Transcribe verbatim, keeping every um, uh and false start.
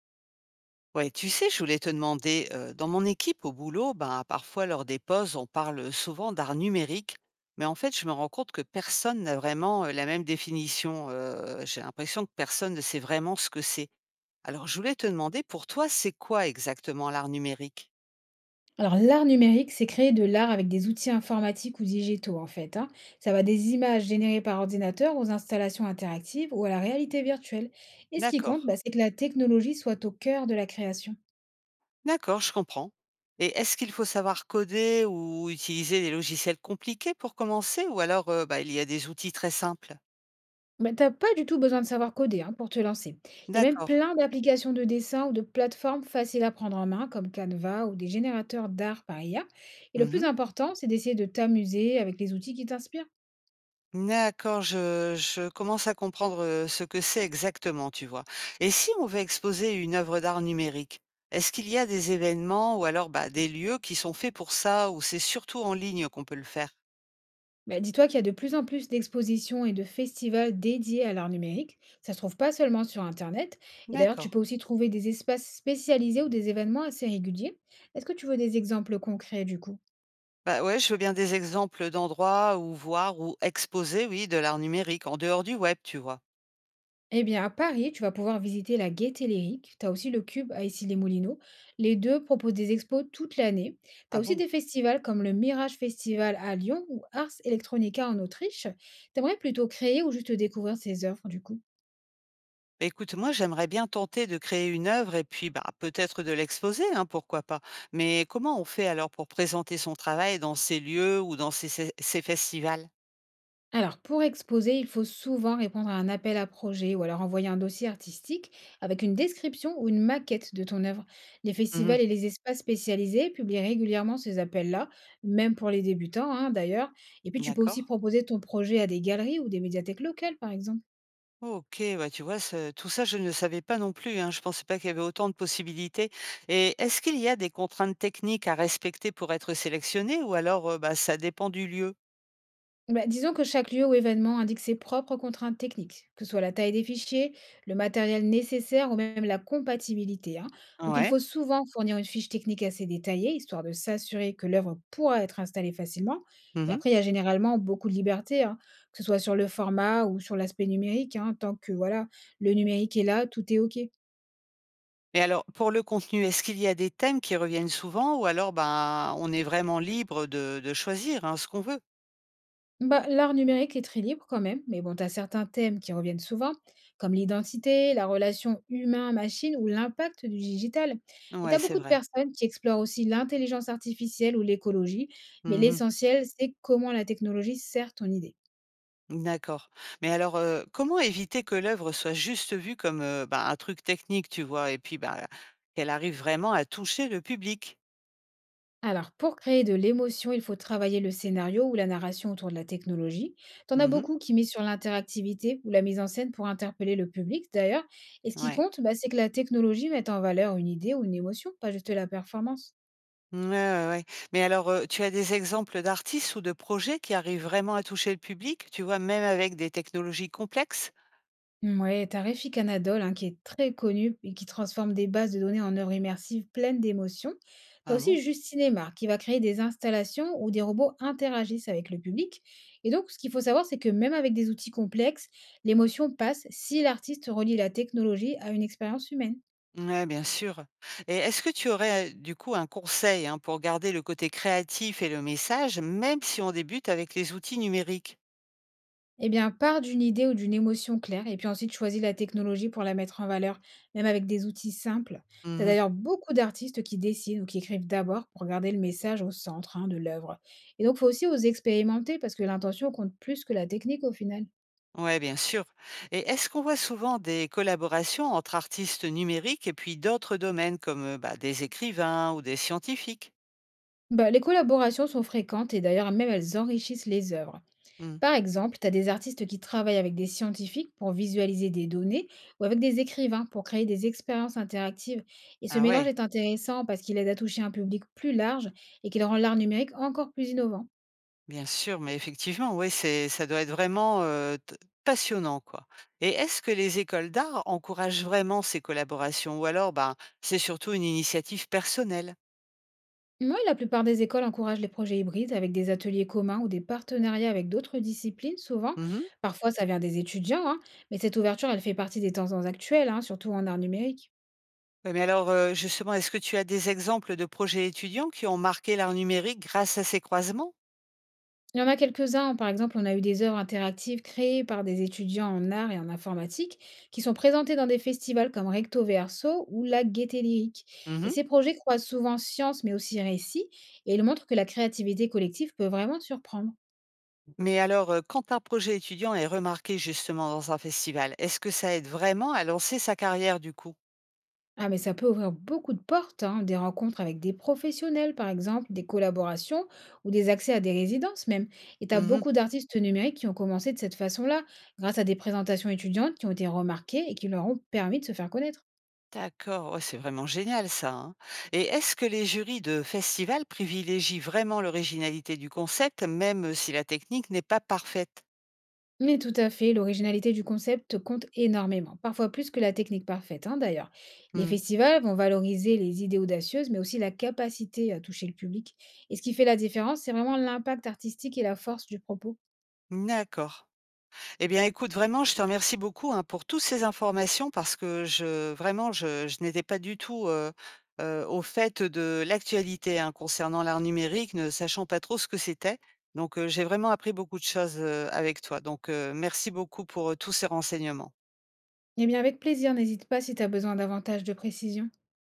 Ouais, tu sais, je voulais te demander, euh, dans mon équipe au boulot, ben, parfois lors des pauses, on parle souvent d'art numérique, mais en fait, je me rends compte que personne n'a vraiment euh, la même définition. Euh, j'ai l'impression que personne ne sait vraiment ce que c'est. Alors, je voulais te demander, pour toi, c'est quoi exactement l'art numérique? Alors, l'art numérique, c'est créer de l'art avec des outils informatiques ou digitaux, en fait, hein. Ça va des images générées par ordinateur aux installations interactives ou à la réalité virtuelle. Et ce qui D'accord, compte, bah, c'est que la technologie soit au cœur de la création. d'accord, je comprends. Et est-ce qu'il faut savoir coder ou utiliser des logiciels compliqués pour commencer, ou alors euh, bah, il y a des outils très simples? Mais t'as pas du tout besoin de savoir coder hein, pour te lancer. Il y a même D'accord. plein d'applications de dessin ou de plateformes faciles à prendre en main, comme Canva ou des générateurs d'art par I A. Et le plus important, c'est d'essayer de t'amuser avec les outils qui t'inspirent. D'accord, je je commence à comprendre, heu, ce que c'est exactement, tu vois? Et si on veut exposer une œuvre d'art numérique, est-ce qu'il y a des événements ou alors, bah, des lieux qui sont faits pour ça ou c'est surtout en ligne qu'on peut le faire? Bah, dis-toi qu'il y a de plus en plus d'expositions et de festivals dédiés à l'art numérique. Ça se trouve pas seulement sur Internet. Et d'ailleurs, D'accord. tu peux aussi trouver des espaces spécialisés ou des événements assez réguliers. Est-ce que tu veux des exemples concrets du coup? Bah, ouais, je veux bien des exemples d'endroits où voir ou exposer, oui, de l'art numérique en dehors du web, tu vois? Eh bien, à Paris, tu vas pouvoir visiter la Gaîté Lyrique. Tu as aussi le Cube à Issy-les-Moulineaux. Les deux proposent des expos toute l'année. Tu Ah as aussi bon? des festivals comme le Mirage Festival à Lyon ou Ars Electronica en Autriche. T'aimerais plutôt créer ou juste découvrir ces œuvres du coup? Bah, écoute, moi, j'aimerais bien tenter de créer une œuvre et puis, bah, peut-être de l'exposer, hein, pourquoi pas. Mais comment on fait alors pour présenter son travail dans ces lieux ou dans ces, ces- ces festivals? Alors, pour exposer, il faut souvent répondre à un appel à projet ou alors envoyer un dossier artistique avec une description ou une maquette de ton œuvre. Les Mhm. festivals et les espaces spécialisés publient régulièrement ces appels-là, même pour les débutants hein, d'ailleurs. Et puis, tu peux D'accord. aussi proposer ton projet à des galeries ou des médiathèques locales, par exemple. Ok, ouais, tu vois, ce- tout ça, je ne savais pas non plus. Hein, je pensais pas qu'il y avait autant de possibilités. Et est-ce qu'il y a des contraintes techniques à respecter pour être sélectionné ou alors, euh, bah, ça dépend du lieu? Bah, disons que chaque lieu ou événement indique ses propres contraintes techniques, que ce soit la taille des fichiers, le matériel nécessaire ou même la compatibilité, hein. Donc il Ouais. faut souvent fournir une fiche technique assez détaillée, histoire de s'assurer que l'œuvre pourra être installée facilement. Mais après, il y a généralement beaucoup de liberté, hein, que ce soit sur le format ou sur l'aspect numérique, hein, tant que voilà, le numérique est là, tout est OK. Mais alors, pour le contenu, est-ce qu'il y a des thèmes qui reviennent souvent ou alors, ben, on est vraiment libre de de choisir, hein, ce qu'on veut? Bah, l'art numérique est très libre quand même, mais bon, tu as certains thèmes qui reviennent souvent, comme l'identité, la relation humain-machine ou l'impact du digital. Et tu Ouais, as c'est beaucoup de vrai. personnes qui explorent aussi l'intelligence artificielle ou l'écologie, mais Mmh. l'essentiel, c'est comment la technologie sert ton idée. D'accord. Mais alors, heu, comment éviter que l'œuvre soit juste vue comme, heu, ben, un truc technique, tu vois? Et puis, ben, qu'elle arrive vraiment à toucher le public? Alors, pour créer de l'émotion, il faut travailler le scénario ou la narration autour de la technologie. T'en as Mmh. beaucoup qui misent sur l'interactivité ou la mise en scène pour interpeller le public, d'ailleurs. Et ce qui Ouais. compte, bah, c'est que la technologie mette en valeur une idée ou une émotion, pas juste la performance. Ouais, ouais, ouais. Mais alors, heu, tu as des exemples d'artistes ou de projets qui arrivent vraiment à toucher le public, tu vois, même avec des technologies complexes? Ouais, t'as Reficanadol hein, qui est très connu et qui transforme des bases de données en œuvres immersives pleines d'émotions. T'as Ah bon? aussi Juste Cinéma qui va créer des installations où des robots interagissent avec le public. Et donc, ce qu'il faut savoir, c'est que même avec des outils complexes, l'émotion passe si l'artiste relie la technologie à une expérience humaine. Ouais, bien sûr. Et est-ce que tu aurais, heu, du coup un conseil, hein, pour garder le côté créatif et le message, même si on débute avec les outils numériques? Eh bien, pars d'une idée ou d'une émotion claire et puis ensuite choisis la technologie pour la mettre en valeur, même avec des outils simples. Tu as Mmh. d'ailleurs beaucoup d'artistes qui dessinent ou qui écrivent d'abord pour garder le message au centre hein, de l'œuvre. Et donc, faut aussi oser expérimenter parce que l'intention compte plus que la technique au final. Ouais, bien sûr. Et est-ce qu'on voit souvent des collaborations entre artistes numériques et puis d'autres domaines comme, heu, bah, des écrivains ou des scientifiques? Bah, les collaborations sont fréquentes et d'ailleurs même elles enrichissent les œuvres. Mmh. Par exemple, tu as des artistes qui travaillent avec des scientifiques pour visualiser des données ou avec des écrivains pour créer des expériences interactives. Et ce Ah mélange ouais. est intéressant parce qu'il aide à toucher un public plus large et qu'il rend l'art numérique encore plus innovant. Bien sûr, mais effectivement, oui, c'est ça doit être vraiment, heu, t passionnant, quoi. Et est-ce que les écoles d'art encouragent vraiment ces collaborations ou alors, ben, c'est surtout une initiative personnelle? Moi, la plupart des écoles encouragent les projets hybrides avec des ateliers communs ou des partenariats avec d'autres disciplines, souvent. Mmh. Parfois, ça vient des étudiants, hein, mais cette ouverture, elle fait partie des tendances actuelles, hein, surtout en art numérique. Ouais, mais alors, heu, justement, est-ce que tu as des exemples de projets étudiants qui ont marqué l'art numérique grâce à ces croisements? Il y en a quelques-uns, hein. Par exemple, on a eu des œuvres interactives créées par des étudiants en art et en informatique qui sont présentées dans des festivals comme Recto Verso ou la Gaieté Lyrique. Et Mmh. ces projets croisent souvent science mais aussi récit et ils montrent que la créativité collective peut vraiment surprendre. Mais alors, heu, quand un projet étudiant est remarqué justement dans un festival, est-ce que ça aide vraiment à lancer sa carrière du coup? Ah, mais ça peut ouvrir beaucoup de portes, hein, des rencontres avec des professionnels, par exemple, des collaborations ou des accès à des résidences même. Et tu as Mmh. beaucoup d'artistes numériques qui ont commencé de cette façon-là, grâce à des présentations étudiantes qui ont été remarquées et qui leur ont permis de se faire connaître. D'accord, ouais, c'est vraiment génial ça, hein. Et est-ce que les jurys de festivals privilégient vraiment l'originalité du concept, même si la technique n'est pas parfaite? Mais tout à fait, l'originalité du concept compte énormément, parfois plus que la technique parfaite hein, d'ailleurs. Les Hmm. festivals vont valoriser les idées audacieuses, mais aussi la capacité à toucher le public. Et ce qui fait la différence, c'est vraiment l'impact artistique et la force du propos. D'accord. Eh bien, écoute, vraiment, je te remercie beaucoup hein, pour toutes ces informations parce que je vraiment, je, je n'étais pas du tout euh, euh, au fait de l'actualité hein, concernant l'art numérique, ne sachant pas trop ce que c'était. Donc, euh, j'ai vraiment appris beaucoup de choses euh, avec toi. Donc, euh, merci beaucoup pour euh, tous ces renseignements. Eh bien avec plaisir, n'hésite pas si tu as besoin davantage de précision.